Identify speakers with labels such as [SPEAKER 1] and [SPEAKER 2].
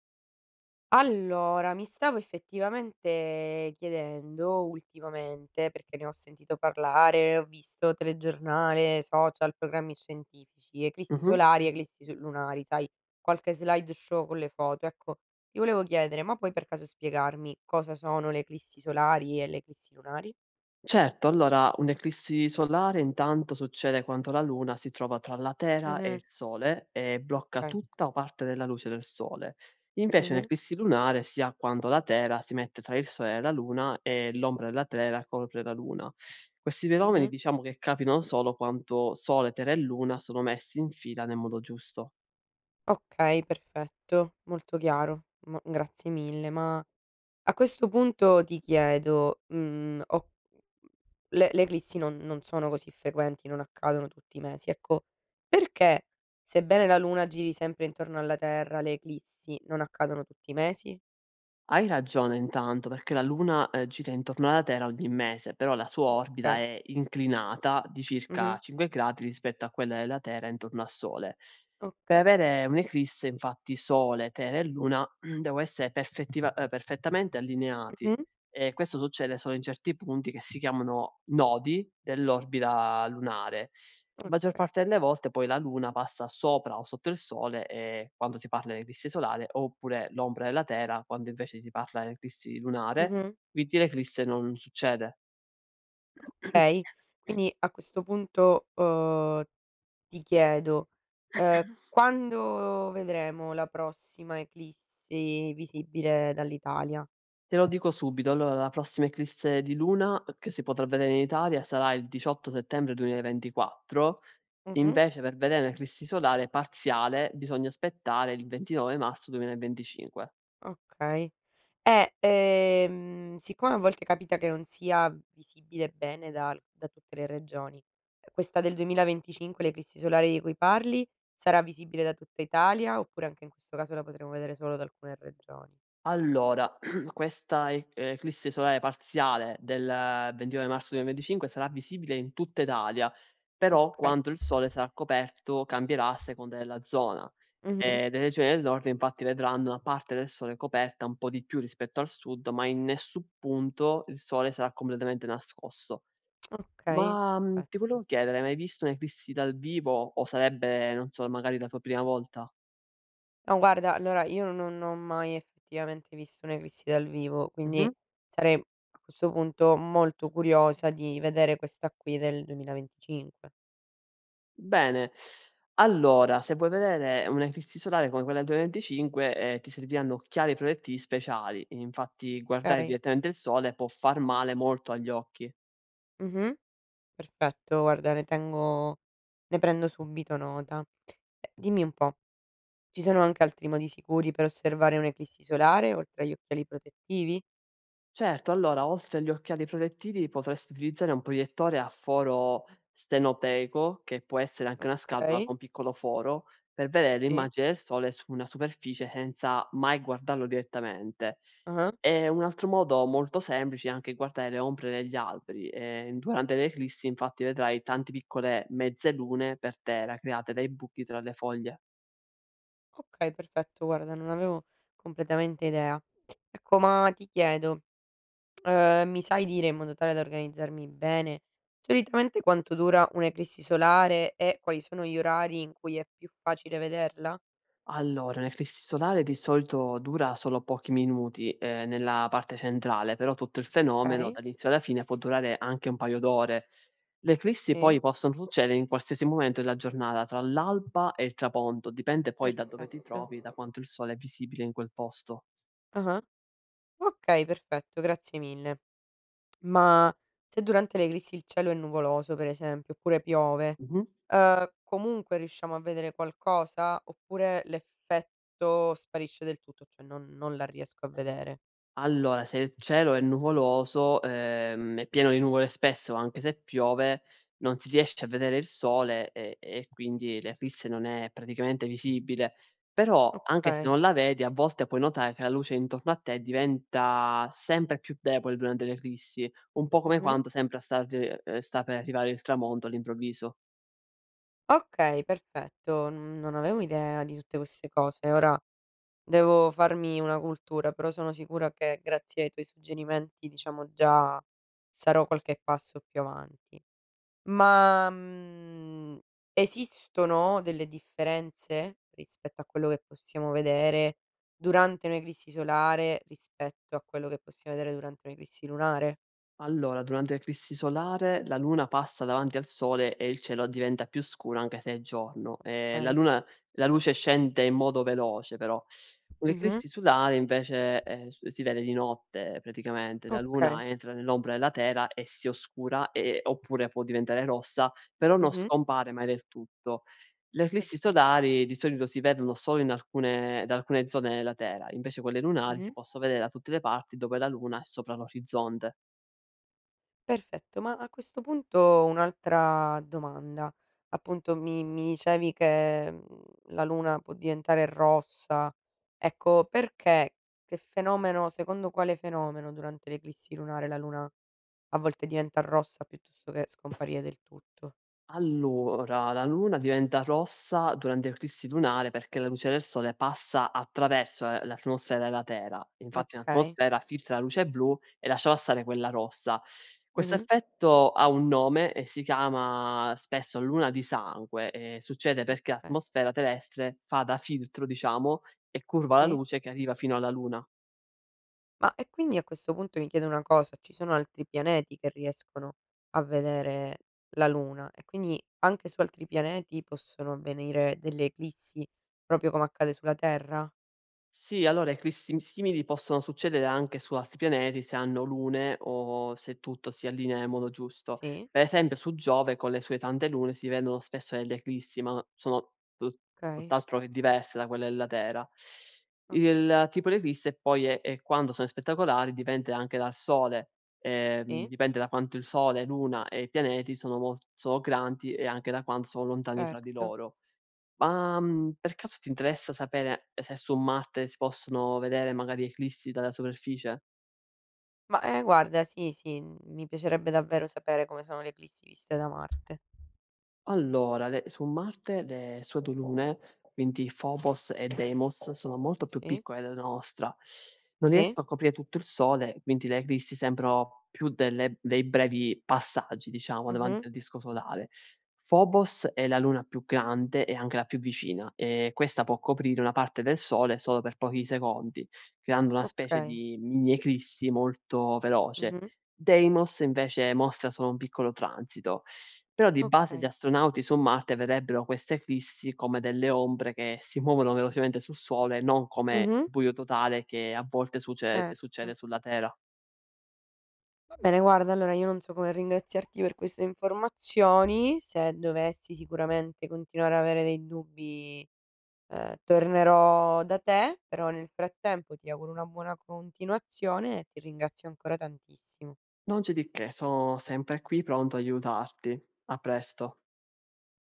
[SPEAKER 1] Allora, mi stavo effettivamente chiedendo ultimamente, perché ne ho sentito parlare, ho visto telegiornale, social, programmi scientifici, eclissi
[SPEAKER 2] Mh-mh.
[SPEAKER 1] solari, lunari, sai, qualche slideshow con le foto. Ecco, ti volevo chiedere, ma puoi per caso spiegarmi cosa sono le eclissi solari e le eclissi lunari?
[SPEAKER 2] Certo, allora un'eclissi solare intanto succede quando la Luna si trova tra la Terra e
[SPEAKER 1] Mhm,
[SPEAKER 2] il Sole e blocca
[SPEAKER 1] ok.
[SPEAKER 2] tutta o parte della luce del Sole. Invece
[SPEAKER 1] Mhm,
[SPEAKER 2] un'eclissi lunare si ha quando la Terra si mette tra il Sole e la Luna e l'ombra della Terra copre la Luna. Questi fenomeni
[SPEAKER 1] mhm.
[SPEAKER 2] diciamo che capitano solo quando Sole, Terra e Luna sono messi in fila nel modo giusto.
[SPEAKER 1] Ok, perfetto, molto chiaro. Grazie mille, ma a questo punto ti chiedo, ho le eclissi non sono così frequenti, non accadono tutti i mesi, ecco, perché sebbene la luna giri sempre intorno alla Terra, le eclissi non accadono tutti i mesi?
[SPEAKER 2] Hai ragione intanto, perché la Luna, gira intorno alla Terra ogni mese, però la sua orbita
[SPEAKER 1] Okay.
[SPEAKER 2] è inclinata di circa
[SPEAKER 1] Mh-mh.
[SPEAKER 2] 5 gradi rispetto a quella della Terra intorno al Sole. Per
[SPEAKER 1] Okay.
[SPEAKER 2] avere un'eclisse, infatti, Sole, Terra e Luna devono essere perfettiva perfettamente allineati
[SPEAKER 1] Mh-mh.
[SPEAKER 2] e questo succede solo in certi punti che si chiamano nodi dell'orbita lunare. Maggior
[SPEAKER 1] Okay.
[SPEAKER 2] parte delle volte poi la luna passa sopra o sotto il sole, quando si parla di eclissi solare, oppure l'ombra della Terra quando invece si parla di eclissi lunare,
[SPEAKER 1] Mh-mh.
[SPEAKER 2] quindi l'eclisse non succede.
[SPEAKER 1] Okay. Quindi a questo punto, ti chiedo, uhm, quando vedremo la prossima eclissi visibile dall'Italia?
[SPEAKER 2] Te lo dico subito, allora la prossima eclisse di luna che si potrà vedere in Italia sarà il 18 settembre 2024,
[SPEAKER 1] Mh-mh.
[SPEAKER 2] invece per vedere un'eclissi solare parziale bisogna aspettare il 29 marzo 2025.
[SPEAKER 1] Okay. Siccome a volte capita che non sia visibile bene da tutte le regioni, questa del 2025, l'eclissi solare di cui parli, sarà visibile da tutta Italia oppure anche in questo caso la potremo vedere solo da alcune regioni?
[SPEAKER 2] Allora, questa eclisse solare parziale del 29 marzo 2025 sarà visibile in tutta Italia, però
[SPEAKER 1] Okay.
[SPEAKER 2] quando il sole sarà coperto cambierà a seconda della zona.
[SPEAKER 1] Mh-mh.
[SPEAKER 2] Le regioni del nord infatti vedranno una parte del sole coperta un po' di più rispetto al sud, ma in nessun punto il sole sarà completamente nascosto.
[SPEAKER 1] Okay,
[SPEAKER 2] Ti
[SPEAKER 1] perfetto.
[SPEAKER 2] volevo chiedere, hai mai visto un'eclissi dal vivo o sarebbe, non so, magari la tua prima volta?
[SPEAKER 1] No guarda, allora io non ho mai effettivamente visto un'eclissi dal vivo, quindi
[SPEAKER 2] Mh-mh.
[SPEAKER 1] sarei a questo punto molto curiosa di vedere questa qui del 2025.
[SPEAKER 2] Bene, allora se vuoi vedere un'eclissi solare come quella del 2025, ti serviranno occhiali protettivi speciali. Infatti guardare
[SPEAKER 1] Okay.
[SPEAKER 2] direttamente il sole può far male molto agli occhi.
[SPEAKER 1] Mh-mh. Perfetto, guarda ne prendo subito nota. E dimmi un po', ci sono anche altri modi sicuri per osservare un'eclissi solare oltre agli occhiali protettivi?
[SPEAKER 2] Certo, allora oltre agli occhiali protettivi potresti utilizzare un proiettore a foro stenoteco, che può essere anche una scatola
[SPEAKER 1] Okay,
[SPEAKER 2] con piccolo foro, per vedere
[SPEAKER 1] sì.
[SPEAKER 2] l'immagine del sole su una superficie senza mai guardarlo direttamente.
[SPEAKER 1] Ah-ah.
[SPEAKER 2] E un altro modo molto semplice è anche guardare le ombre degli alberi. Durante le eclissi infatti vedrai tante piccole mezzalune per terra create dai buchi tra le foglie.
[SPEAKER 1] Okay, perfetto, guarda non avevo completamente idea. Ecco, ma ti chiedo, mi sai dire in modo tale da organizzarmi bene, solitamente quanto dura un'eclissi solare e quali sono gli orari in cui è più facile vederla?
[SPEAKER 2] Allora, un'eclissi solare di solito dura solo pochi minuti, nella parte centrale, però tutto il fenomeno
[SPEAKER 1] Okay,
[SPEAKER 2] dall'inizio alla fine può durare anche un paio d'ore. Le eclissi poi
[SPEAKER 1] sì,
[SPEAKER 2] possono succedere in qualsiasi momento della giornata, tra l'alba e il tramonto, dipende poi da dove ti
[SPEAKER 1] perfetto.
[SPEAKER 2] trovi, da quanto il sole è visibile in quel posto.
[SPEAKER 1] Ah-ah. Okay, perfetto, grazie mille. Ma se durante l'eclissi il cielo è nuvoloso, per esempio, oppure piove,
[SPEAKER 2] Mh-mh.
[SPEAKER 1] comunque riusciamo a vedere qualcosa oppure l'effetto sparisce del tutto, cioè non la riesco a vedere?
[SPEAKER 2] Allora, se il cielo è nuvoloso, è pieno di nuvole spesso, anche se piove, non si riesce a vedere il sole e quindi l'eclisse non è praticamente visibile. Però, anche se
[SPEAKER 1] Okay.
[SPEAKER 2] non la vedi, a volte puoi notare che la luce intorno a te diventa sempre più debole durante le eclissi, un po' come
[SPEAKER 1] Mh-mh.
[SPEAKER 2] quando sembra star sta per arrivare il tramonto all'improvviso.
[SPEAKER 1] Okay, perfetto. N Non avevo idea di tutte queste cose. Ora devo farmi una cultura, però sono sicura che grazie ai tuoi suggerimenti, diciamo, già sarò qualche passo più avanti. Ma, esistono delle differenze rispetto a quello che possiamo vedere durante un'eclissi solare, rispetto a quello che possiamo vedere durante un'eclissi lunare?
[SPEAKER 2] Allora, durante l'eclissi solare la Luna passa davanti al Sole e il cielo diventa più scuro anche se è giorno.
[SPEAKER 1] Okay.
[SPEAKER 2] La luce scende in modo veloce però.
[SPEAKER 1] Mh-mh.
[SPEAKER 2] Un'eclissi solare invece, s si vede di notte praticamente. La
[SPEAKER 1] Okay.
[SPEAKER 2] Luna entra nell'ombra della Terra e si oscura, oppure può diventare rossa, però non
[SPEAKER 1] Mh-mh.
[SPEAKER 2] scompare mai del tutto. Le eclissi
[SPEAKER 1] Perfe
[SPEAKER 2] solari di solito si vedono solo in alcune da alcune zone della Terra, invece quelle lunari si
[SPEAKER 1] Mh-mh.
[SPEAKER 2] possono vedere da tutte le parti dove la Luna è sopra l'orizzonte.
[SPEAKER 1] Perfetto, ma a questo punto un'altra domanda. Appunto mi dicevi che, la luna può diventare rossa. Ecco, perché? Che fenomeno Secondo quale fenomeno durante l'eclissi lunare la luna a volte diventa rossa piuttosto che scomparire del tutto?
[SPEAKER 2] Allora, la luna diventa rossa durante l'eclissi lunare perché la luce del sole passa attraverso, l'atmosfera della Terra. Infatti
[SPEAKER 1] Okay.
[SPEAKER 2] l'atmosfera filtra la luce blu e lascia passare quella rossa. Questo
[SPEAKER 1] Mh-mh.
[SPEAKER 2] effetto ha un nome e si chiama spesso luna di sangue e succede perché
[SPEAKER 1] Okay.
[SPEAKER 2] l'atmosfera terrestre fa da filtro, diciamo, e curva la
[SPEAKER 1] Sì.
[SPEAKER 2] luce che arriva fino alla luna.
[SPEAKER 1] Ma e quindi a questo punto mi chiedo una cosa, ci sono altri pianeti che riescono a vedere la Luna e quindi anche su altri pianeti possono avvenire delle eclissi, proprio come accade sulla Terra?
[SPEAKER 2] Sì, allora eclissi simili possono succedere anche su altri pianeti se hanno lune o se tutto si allinea nel modo giusto.
[SPEAKER 1] Sì?
[SPEAKER 2] Per esempio su Giove con le sue tante lune si vedono spesso delle eclissi, ma sono tu
[SPEAKER 1] Okay.
[SPEAKER 2] tutt'altro che diverse da quelle della Terra.
[SPEAKER 1] O
[SPEAKER 2] Il tipo di eclisse poi è quando sono spettacolari dipende anche dal Sole,
[SPEAKER 1] Sì,
[SPEAKER 2] dipende da quanto il Sole, Luna e i pianeti sono grandi e anche da quanto sono lontani tra di
[SPEAKER 1] certo.
[SPEAKER 2] loro. Per caso ti interessa sapere se su Marte si possono vedere magari eclissi dalla superficie?
[SPEAKER 1] Ma, guarda sì, sì, mi piacerebbe davvero sapere come sono le eclissi viste da Marte.
[SPEAKER 2] Allora, le su Marte le sue 2 lune, quindi Phobos e Deimos, sono molto più
[SPEAKER 1] Sì,
[SPEAKER 2] piccole della nostra. Non
[SPEAKER 1] sì,
[SPEAKER 2] riescono a coprire tutto il Sole, quindi le eclissi sembrano più delle dei brevi passaggi, diciamo,
[SPEAKER 1] mh-mh,
[SPEAKER 2] davanti al disco solare. Phobos è la luna più grande e anche la più vicina, e questa può coprire una parte del Sole solo per pochi secondi, creando una specie
[SPEAKER 1] okay,
[SPEAKER 2] di mini eclissi molto veloce.
[SPEAKER 1] mh-mh,
[SPEAKER 2] Deimos invece mostra solo un piccolo transito. Però di base gli
[SPEAKER 1] okay,
[SPEAKER 2] astronauti su Marte vedrebbero queste eclissi come delle ombre che si muovono velocemente sul Sole, non come il
[SPEAKER 1] mh-mh,
[SPEAKER 2] buio totale che a volte succede
[SPEAKER 1] certo.
[SPEAKER 2] sulla Terra.
[SPEAKER 1] Va bene, guarda, allora io non so come ringraziarti per queste informazioni. Se dovessi sicuramente continuare ad avere dei dubbi, tornerò da te, però nel frattempo ti auguro una buona continuazione e ti ringrazio ancora tantissimo.
[SPEAKER 2] Non c'è di che, sono sempre qui pronto a aiutarti. A presto.